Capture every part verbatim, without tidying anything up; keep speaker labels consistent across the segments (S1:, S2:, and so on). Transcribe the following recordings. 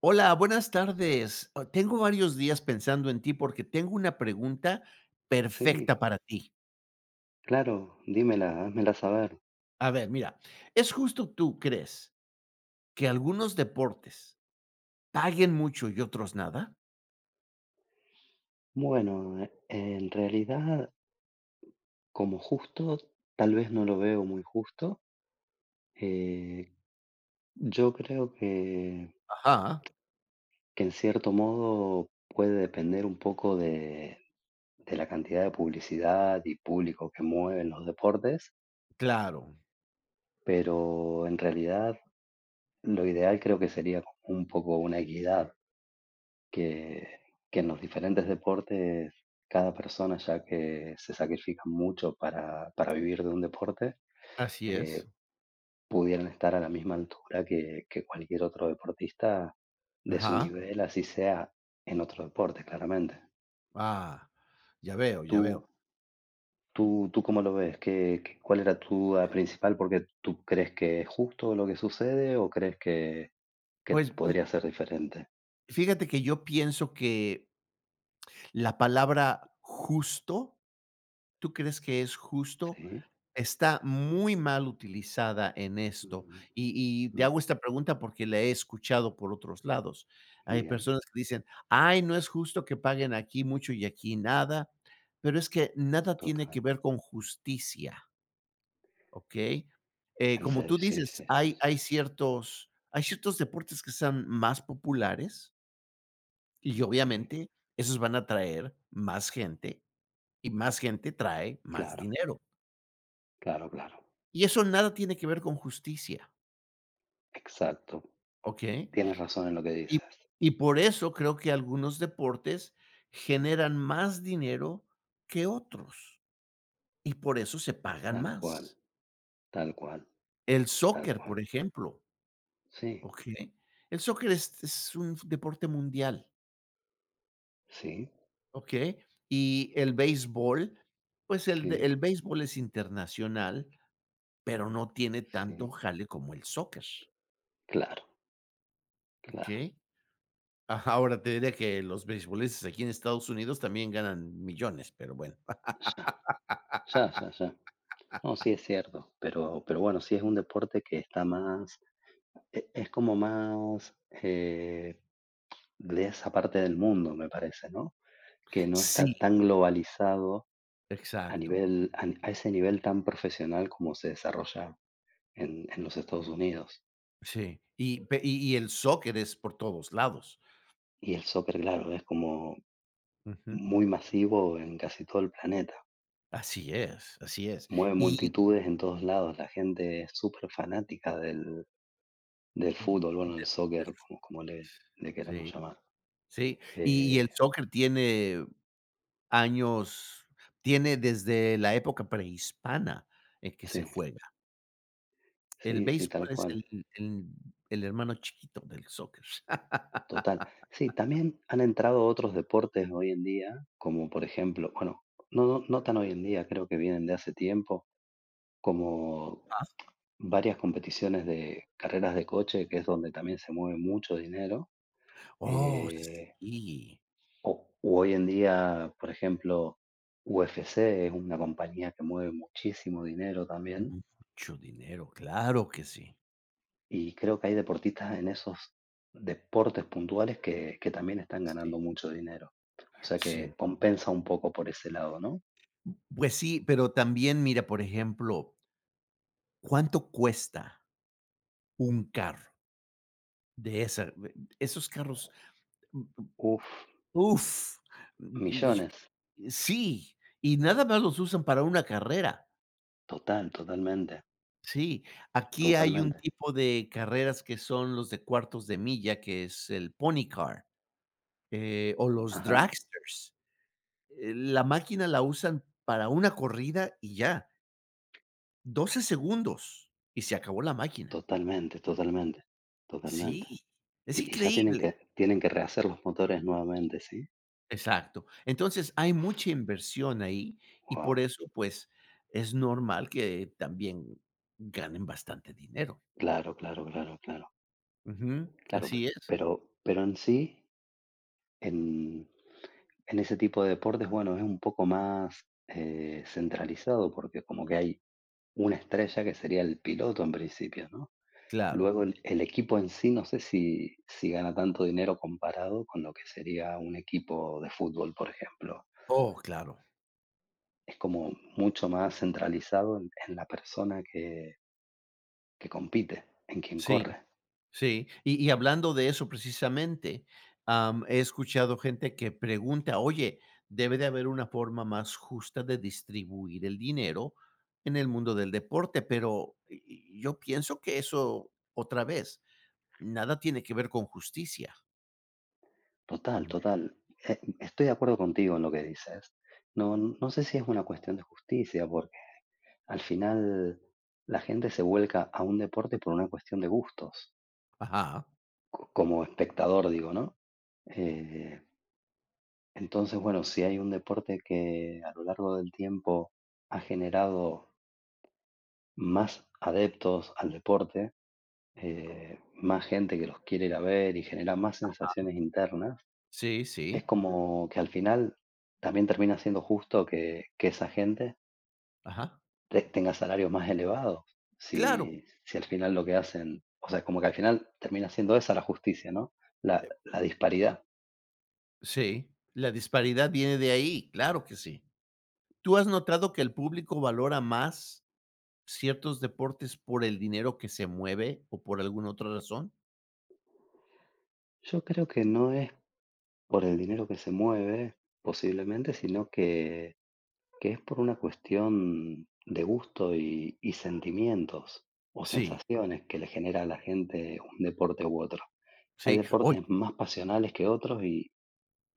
S1: Hola, buenas tardes. Oh, tengo varios días pensando en ti porque tengo una pregunta perfecta
S2: Sí,
S1: para ti.
S2: claro, dímela, házmela saber.
S1: A ver, mira, ¿es justo tú crees que algunos deportes paguen mucho y otros nada?
S2: Bueno, eh, en realidad, como justo, tal vez no lo veo muy justo. Eh, yo creo que,
S1: Ajá,
S2: que en cierto modo puede depender un poco de, de la cantidad de publicidad y público que mueven los deportes,
S1: claro,
S2: pero en realidad lo ideal creo que sería como un poco una equidad. Que que en los diferentes deportes cada persona, ya que se sacrifica mucho para para vivir de un deporte,
S1: así es.
S2: eh, pudieran estar a la misma altura que que cualquier otro deportista de su
S1: Ajá,
S2: nivel, así sea en otro deporte, claramente.
S1: ah, ya veo, ya
S2: ¿Tú
S1: veo.
S2: tú tú cómo lo ves? ¿Qué qué cuál era tu duda principal? Porque, ¿tú crees que es justo lo que sucede o crees que que
S1: Pues mm,
S2: podría ser diferente?
S1: fíjate que yo pienso que la palabra justo. ¿Tú crees que es justo?
S2: Sí,
S1: Está muy mal utilizada en esto.
S2: mm,
S1: Y y te
S2: mm,
S1: hago esta pregunta porque la he escuchado por otros lados. Hay
S2: bien,
S1: personas que dicen: "Ay, no es justo que paguen aquí mucho y aquí nada", pero es que nada tiene que
S2: total.
S1: ver con justicia, ¿okey? Eh,
S2: En
S1: como
S2: serio,
S1: tú
S2: sí,
S1: dices,
S2: sí, sí,
S1: hay
S2: sí.
S1: hay ciertos hay ciertos deportes que sean más populares, y
S2: Sí,
S1: obviamente esos van a traer más gente, y más gente trae más
S2: claro,
S1: dinero.
S2: claro, claro.
S1: Y eso nada tiene que ver con justicia,
S2: Exacto.
S1: ¿ok?
S2: Tienes razón en lo que
S1: Y
S2: dices.
S1: y por eso creo que algunos deportes generan más dinero que otros, y por eso se pagan
S2: Tal cual,
S1: más.
S2: tal cual,
S1: El
S2: tal
S1: soccer, por
S2: cual.
S1: ejemplo,
S2: Sí,
S1: ¿ok? El soccer es es un f deporte mundial,
S2: sí,
S1: ¿ok? Y el béisbol, pues, el de
S2: sí,
S1: el béisbol es internacional, pero no tiene tanto
S2: sí.
S1: jale como el soccer,
S2: Claro, claro.
S1: ¿ok? Ahora te diré que los beisbolistas aquí en Estados Unidos también ganan millones, pero bueno.
S2: Ya, ya, ya, ya. No, sí es cierto, pero, pero bueno, sí es un deporte que está más, e- es como más, eh, de esa parte del mundo, me parece, ¿no? Que no está
S1: Sí,
S2: tan globalizado a
S1: exacto.
S2: nivel, a, a ese nivel tan profesional como se desarrolla en, en los Estados Unidos.
S1: Sí, y pe y y el soccer es por todos lados.
S2: Y el soccer, claro, es como
S1: Ujú.
S2: muy masivo en casi todo el planeta.
S1: Así es, así es.
S2: Mueve
S1: Y
S2: multitudes en todos lados. La gente es súper fanática del, del fútbol, bueno, el soccer, como, como le, le
S1: sí,
S2: queramos llamar.
S1: sí. Y y el
S2: Eh,
S1: soccer tiene años, tiene desde la época prehispana en que se
S2: sí,
S1: juega. El
S2: sí, sí,
S1: béisbol
S2: tal
S1: es
S2: cual.
S1: el el el hermano chiquito del soccer.
S2: Total. Sí, también han entrado otros deportes hoy en día, como por ejemplo, bueno, no, no no tan hoy en día, creo que vienen de hace tiempo, como varias competiciones de carreras de coche, que es donde también se mueve mucho dinero.
S1: Oh,
S2: Eh,
S1: sí.
S2: O, u hoy en día, por ejemplo, U F C es una compañía que mueve muchísimo dinero también
S1: Mucho dinero, claro que sí.
S2: y creo que hay deportistas en esos deportes puntuales que, que también están
S1: Sí.
S2: ganando mucho dinero. O sea
S1: Sí.
S2: que compensa un poco por ese lado, ¿no?
S1: Pues sí, pero también, mira, por ejemplo, ¿cuánto cuesta un carro de esa de esos carros? mm,
S2: Uf,
S1: Uf, y-
S2: millones.
S1: y- sí, y nada más los usan para una carrera.
S2: Total, totalmente,
S1: Sí, aquí hay un
S2: totalmente.
S1: tipo de carreras que son los de cuartos de milla, que es el pony car, eh, o los
S2: Ajá,
S1: dragsters. Eh, La máquina la usan para una corrida y ya. Doce segundos y se acabó la máquina.
S2: totalmente, totalmente, totalmente.
S1: Sí, es
S2: Y, y ya tienen
S1: increíble.
S2: que, tienen que rehacer los motores nuevamente, ¿sí?
S1: Exacto. Entonces, hay mucha inversión ahí y por
S2: Wow,
S1: eso, pues, es normal que también ganen bastante dinero.
S2: claro, claro, claro, claro.
S1: Ujú,
S2: Claro, pe-
S1: así es.
S2: pero pero en sí, en en ese tipo de deportes, bueno, es un poco más, eh, centralizado, porque como que hay una estrella que sería el piloto en principio, ¿no?
S1: Claro.
S2: Luego el el equipo en sí, no sé si si gana tanto dinero comparado con lo que sería un equipo de fútbol, por ejemplo.
S1: Oh, claro.
S2: Es como mucho más centralizado en en la persona que que compite, en quien
S1: Sí.
S2: corre.
S1: Sí, y y hablando de eso precisamente, am, he escuchado gente que pregunta: "Oye, debe de haber una forma más justa de distribuir el dinero en el mundo del deporte", pero y y yo pienso que eso, otra vez, nada tiene que ver con justicia.
S2: Total,
S1: Mm,
S2: total. Eh, estoy de acuerdo contigo en lo que dices. No, no sé si es una cuestión de justicia, porque al final la gente se vuelca a un deporte por una cuestión de gustos,
S1: ajá,
S2: co- como espectador, digo, ¿no? Eh, entonces, bueno, si hay un deporte que a lo largo del tiempo ha generado más adeptos al deporte, eh, más gente que los quiere ir a ver y genera más sensaciones internas.
S1: sí,
S2: Es
S1: sí,
S2: como que al final también termina siendo justo que que esa gente
S1: ajá,
S2: te tenga salarios más elevados,
S1: claro,
S2: si si al final lo que hacen, o sea, como que al final termina siendo esa la justicia, ¿no? La
S1: eh,
S2: la disparidad.
S1: sí, la disparidad viene de ahí, claro que sí. ¿Tú has notado que el público valora más ciertos deportes por el dinero que se mueve o por alguna otra razón?
S2: Yo creo que no es por el dinero que se mueve, posiblemente, sino que que es por una cuestión de gusto y y sentimientos o
S1: Sí,
S2: sensaciones que le genera a la gente un deporte u otro. Hay
S1: sí, hoy,
S2: deportes más pasionales que otros. y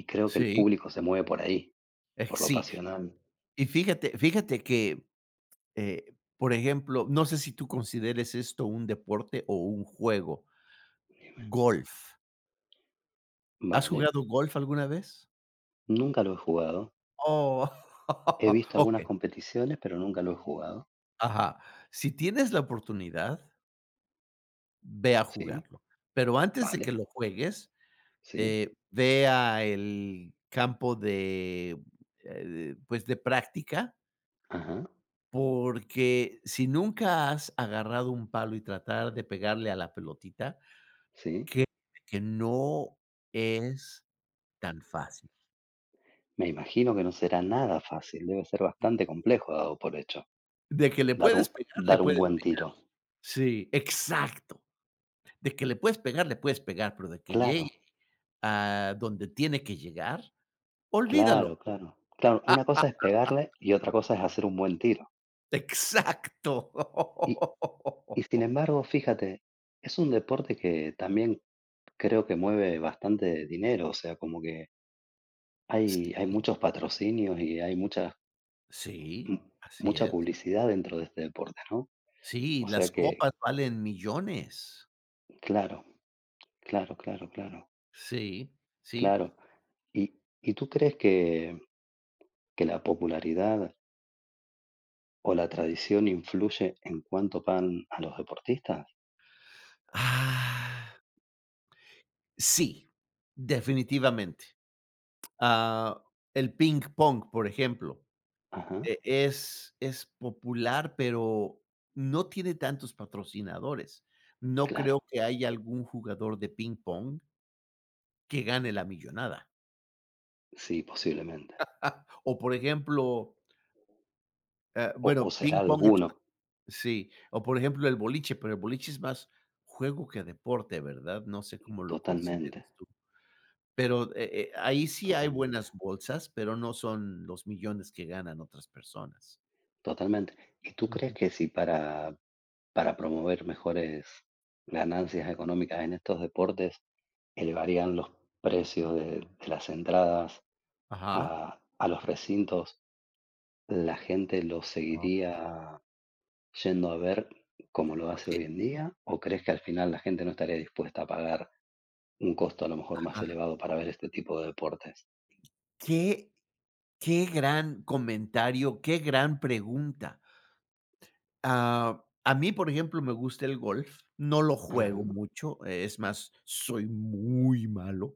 S2: Y creo que el
S1: sí,
S2: público se mueve por ahí,
S1: Eh,
S2: por lo
S1: sí,
S2: pasional.
S1: y fíjate, fíjate que, eh, por ejemplo, no sé si tú consideres esto un deporte o un juego, golf. ¿Has
S2: Vale,
S1: jugado golf alguna vez?
S2: nunca lo he jugado.
S1: Oh,
S2: He visto algunas
S1: ok,
S2: competiciones, pero nunca lo he jugado.
S1: ajá. Si tienes la oportunidad, ve a
S2: Sí,
S1: jugarlo, pero antes de que
S2: vale,
S1: lo juegues,
S2: sí,
S1: Eh, vea el campo de, eh, pues, de práctica,
S2: ajá,
S1: porque si nunca has agarrado un palo y tratar de pegarle a la pelotita,
S2: sí.
S1: que que no es tan fácil.
S2: Me imagino que no será nada fácil, debe ser bastante complejo dado por hecho,
S1: De que le
S2: dar
S1: puedes
S2: un
S1: pegar, le
S2: dar un
S1: puedes.
S2: buen tiro.
S1: Sí, exacto. De que le puedes pegar, le puedes pegar, pero de que
S2: Claro,
S1: llegue a donde tiene que llegar, olvídalo.
S2: claro, claro. Claro, una cosa es pegarle y otra cosa es hacer un buen tiro.
S1: exacto.
S2: Y y sin embargo, fíjate, es un deporte que también creo que mueve bastante dinero, o sea, como que Hay hay
S1: Sí.
S2: muchos patrocinios y hay mucha
S1: Sí,
S2: m
S1: así
S2: mucha
S1: es.
S2: publicidad dentro de este deporte, ¿no?
S1: Sí,
S2: O
S1: las
S2: sea que
S1: copas valen millones.
S2: claro, claro, claro, claro,
S1: Sí, sí.
S2: claro. ¿Y y tú crees que que la popularidad o la tradición influye en cuánto pagan a los deportistas?
S1: Ah, sí, definitivamente. Ah, el ping pong, por ejemplo,
S2: Ajá,
S1: e es es popular, pero no tiene tantos patrocinadores. No creo
S2: claro,
S1: que haya algún jugador de ping pong que gane la millonada.
S2: sí, posiblemente.
S1: O, por ejemplo, eh,
S2: O o
S1: bueno,
S2: será
S1: ping pong es.
S2: alguno.
S1: Sí, o por ejemplo, el boliche, pero el boliche es más juego que deporte, ¿verdad? No sé cómo lo
S2: Totalmente,
S1: consideres tú. Pero, eh eh, ahí sí hay
S2: totalmente,
S1: buenas bolsas, pero no son los millones que ganan otras personas.
S2: totalmente. ¿Y tú crees
S1: Ujú.
S2: que si para para promover mejores ganancias económicas en estos deportes elevarían los precios de, de las entradas
S1: Ajá.
S2: a, a los recintos, ¿la gente los
S1: Ah.
S2: seguiría yendo a ver como lo hace
S1: Oye,
S2: hoy en día? ¿O crees que al final la gente no estaría dispuesta a pagar un costo a lo mejor más
S1: ajá.
S2: elevado para ver este tipo de deportes?
S1: Qué qué gran comentario, qué gran pregunta. Ah, a mí, por ejemplo, me gusta el golf, no lo
S2: Ajá.
S1: juego mucho, eh, es más, soy muy malo,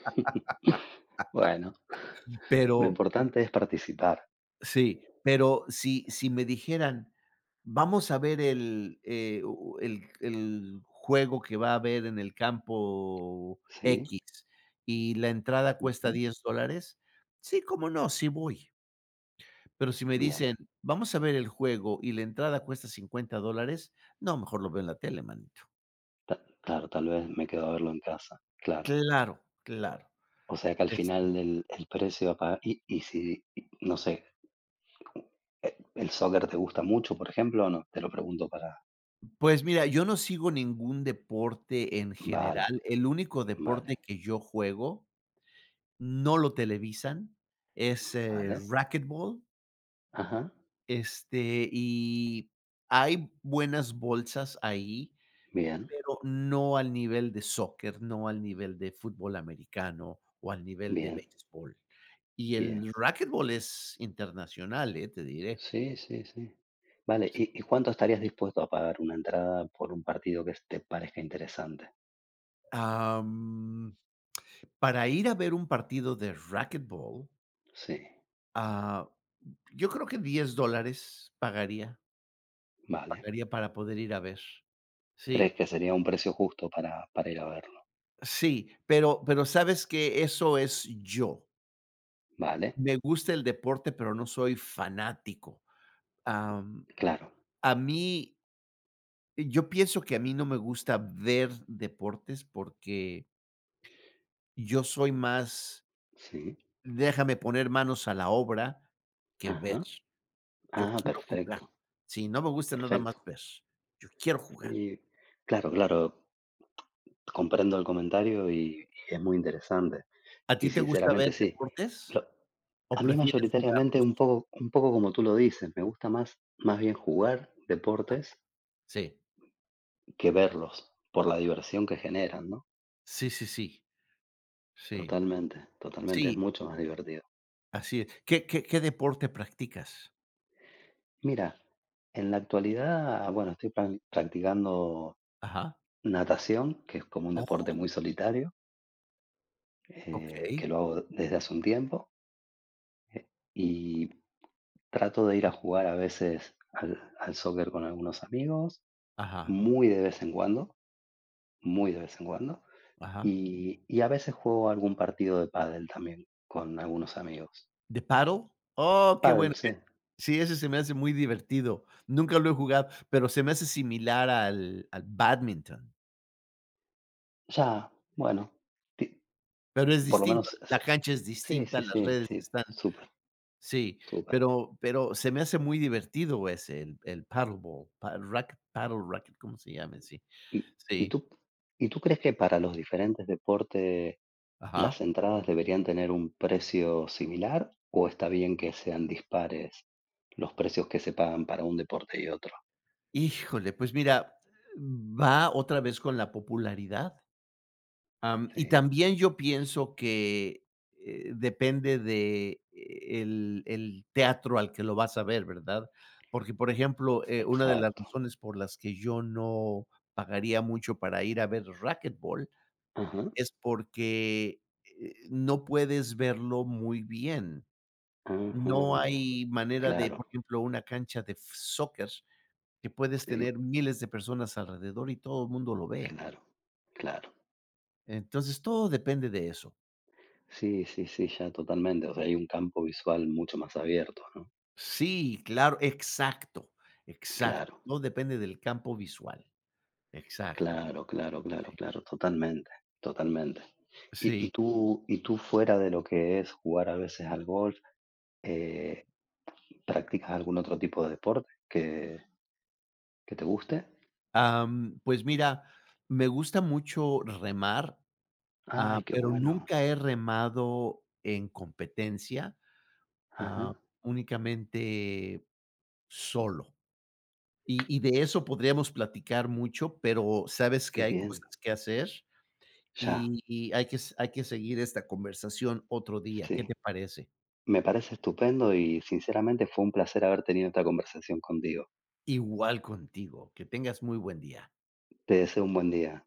S2: Bueno, lo
S1: pero
S2: importante es participar,
S1: sí, pero si si me dijeran: "Vamos a ver el, eh, u el el juego que va a haber en el campo
S2: ¿sí?
S1: X, y la entrada cuesta
S2: Ujú.
S1: diez dólares", sí, cómo no, sí voy. Pero si me
S2: Bien,
S1: dicen: "Vamos a ver el juego y la entrada cuesta cincuenta dólares", no, mejor lo veo en la tele, manito.
S2: claro, tal vez me quedo a verlo en casa, claro.
S1: Claro, claro.
S2: O sea que al
S1: Este,
S2: final el, el precio a pagar, y, y si, y no sé. Eh, ¿el soccer te gusta mucho, por ejemplo, o no? Te lo pregunto para
S1: pues mira, yo no sigo ningún deporte en
S2: vale,
S1: general. El único deporte
S2: vale,
S1: que yo juego no lo televisan, es, eh,
S2: vale.
S1: racquetball,
S2: Ajá,
S1: este, y hay buenas bolsas ahí,
S2: bien,
S1: pero no al nivel de soccer, no al nivel de fútbol americano o al nivel de
S2: bien,
S1: béisbol. Y
S2: bien.
S1: el racquetball es internacional, eh, te diré.
S2: Sí, sí, sí. Vale, ¿y y cuánto estarías dispuesto a pagar una entrada por un partido que te parezca interesante?
S1: Am, para ir a ver un partido de racquetball,
S2: Sí,
S1: ah, yo creo que diez dólares pagaría,
S2: vale.
S1: pagaría para poder ir a ver. Sí,
S2: ¿Crees que sería un precio justo para para ir a verlo?
S1: sí, pero pero sabes que eso es yo.
S2: Vale,
S1: Me gusta el deporte, pero no soy fanático. Am,
S2: claro,
S1: a mí, yo pienso que a mí no me gusta ver deportes porque yo soy más,
S2: sí.
S1: déjame poner manos a la obra que ver.
S2: Ajá.
S1: Yo
S2: Ah,
S1: quiero jugar.
S2: perfecto,
S1: Sí, no me gusta nada más
S2: perfecto.
S1: ver. Yo quiero jugar.
S2: Sí, claro, claro, comprendo el comentario y y es muy interesante.
S1: ¿A
S2: Y
S1: ti te gusta ver
S2: sinceramente sí.
S1: deportes
S2: Lo
S1: o
S2: A mí
S1: prefieres
S2: mayoritariamente un
S1: jugarlos?
S2: poco un poco como tú lo dices, me gusta más más bien jugar deportes
S1: Sí,
S2: que verlos, por la diversión que generan, ¿no?
S1: sí, sí, sí, sí,
S2: Totalmente, totalmente, es
S1: sí.
S2: mucho más divertido.
S1: Así es. ¿Qué qué qué deporte practicas?
S2: Mira, en la actualidad, bueno, estoy pran practicando
S1: Ajá.
S2: natación, que es como un
S1: Oh.
S2: deporte muy solitario, eh,
S1: Okey.
S2: que lo hago desde hace un tiempo, y trato de ir
S1: A
S2: a jugar a veces al al soccer con algunos amigos,
S1: ajá,
S2: muy de vez en cuando, muy de vez en cuando.
S1: ajá.
S2: Y, y a veces juego algún partido de pádel también con algunos amigos.
S1: ¿De paddle? Oh, qué
S2: Pádel,
S1: bueno.
S2: sí.
S1: Sí, ese se me hace muy divertido. Nunca lo he jugado, pero se me hace similar al al badminton.
S2: Ya, bueno. ti-
S1: Pero es
S2: Por lo
S1: distinto.
S2: menos,
S1: La
S2: se-
S1: cancha es
S2: sí,
S1: distinta,
S2: sí,
S1: las
S2: sí,
S1: redes
S2: sí.
S1: están,
S2: Súper,
S1: sí,
S2: súper.
S1: pero pero se me hace muy divertido ese, el el paddleball, pa racket paddle racket, ¿cómo se llama? Sí,
S2: ¿Y, y
S1: sí,
S2: tú, Y tú crees que para los diferentes deportes las
S1: ajá.
S2: entradas deberían tener un precio similar o está bien que sean dispares los precios que se pagan para un deporte y otro?
S1: Híjole, pues mira, va otra vez con la popularidad. Am, y
S2: Sí,
S1: también yo pienso que, eh, depende de, eh, el el teatro al que lo vas a ver, ¿verdad? Porque, por ejemplo, eh, una de las
S2: exacto.
S1: razones por las que yo no pagaría mucho para ir a ver racquetball
S2: Ajá,
S1: es porque, eh, no puedes verlo muy bien. No
S2: ajá.
S1: hay manera de,
S2: Claro,
S1: por ejemplo, una cancha de f soccer que puedes
S2: sí.
S1: tener miles de personas alrededor y todo el mundo lo ve.
S2: Claro, claro.
S1: Entonces, todo depende de eso.
S2: Sí, sí, sí, ya totalmente. O sea, hay un campo visual mucho más abierto, ¿no?
S1: Sí, claro, exacto, exacto.
S2: Claro,
S1: Todo depende del campo visual. Exacto.
S2: claro, claro, claro, claro, totalmente, totalmente. Y,
S1: Sí.
S2: y tú, y tú fuera de lo que es jugar a veces al golf, eh, ¿practicas algún otro tipo de deporte que, que te guste?
S1: Am, pues mira, me gusta mucho remar, ah,
S2: Ay, qué
S1: pero
S2: bueno.
S1: nunca he remado en competencia, ah,
S2: Ajá,
S1: únicamente solo. Y y de eso podríamos platicar mucho, pero sabes que
S2: qué
S1: hay
S2: bien.
S1: cosas que hacer
S2: Ya,
S1: y y hay que s hay que seguir esta conversación otro día, ¿qué
S2: sí.
S1: te parece?
S2: Me parece estupendo y sinceramente fue un placer haber tenido esta conversación contigo.
S1: Igual contigo, que tengas muy buen día.
S2: Te deseo un buen día.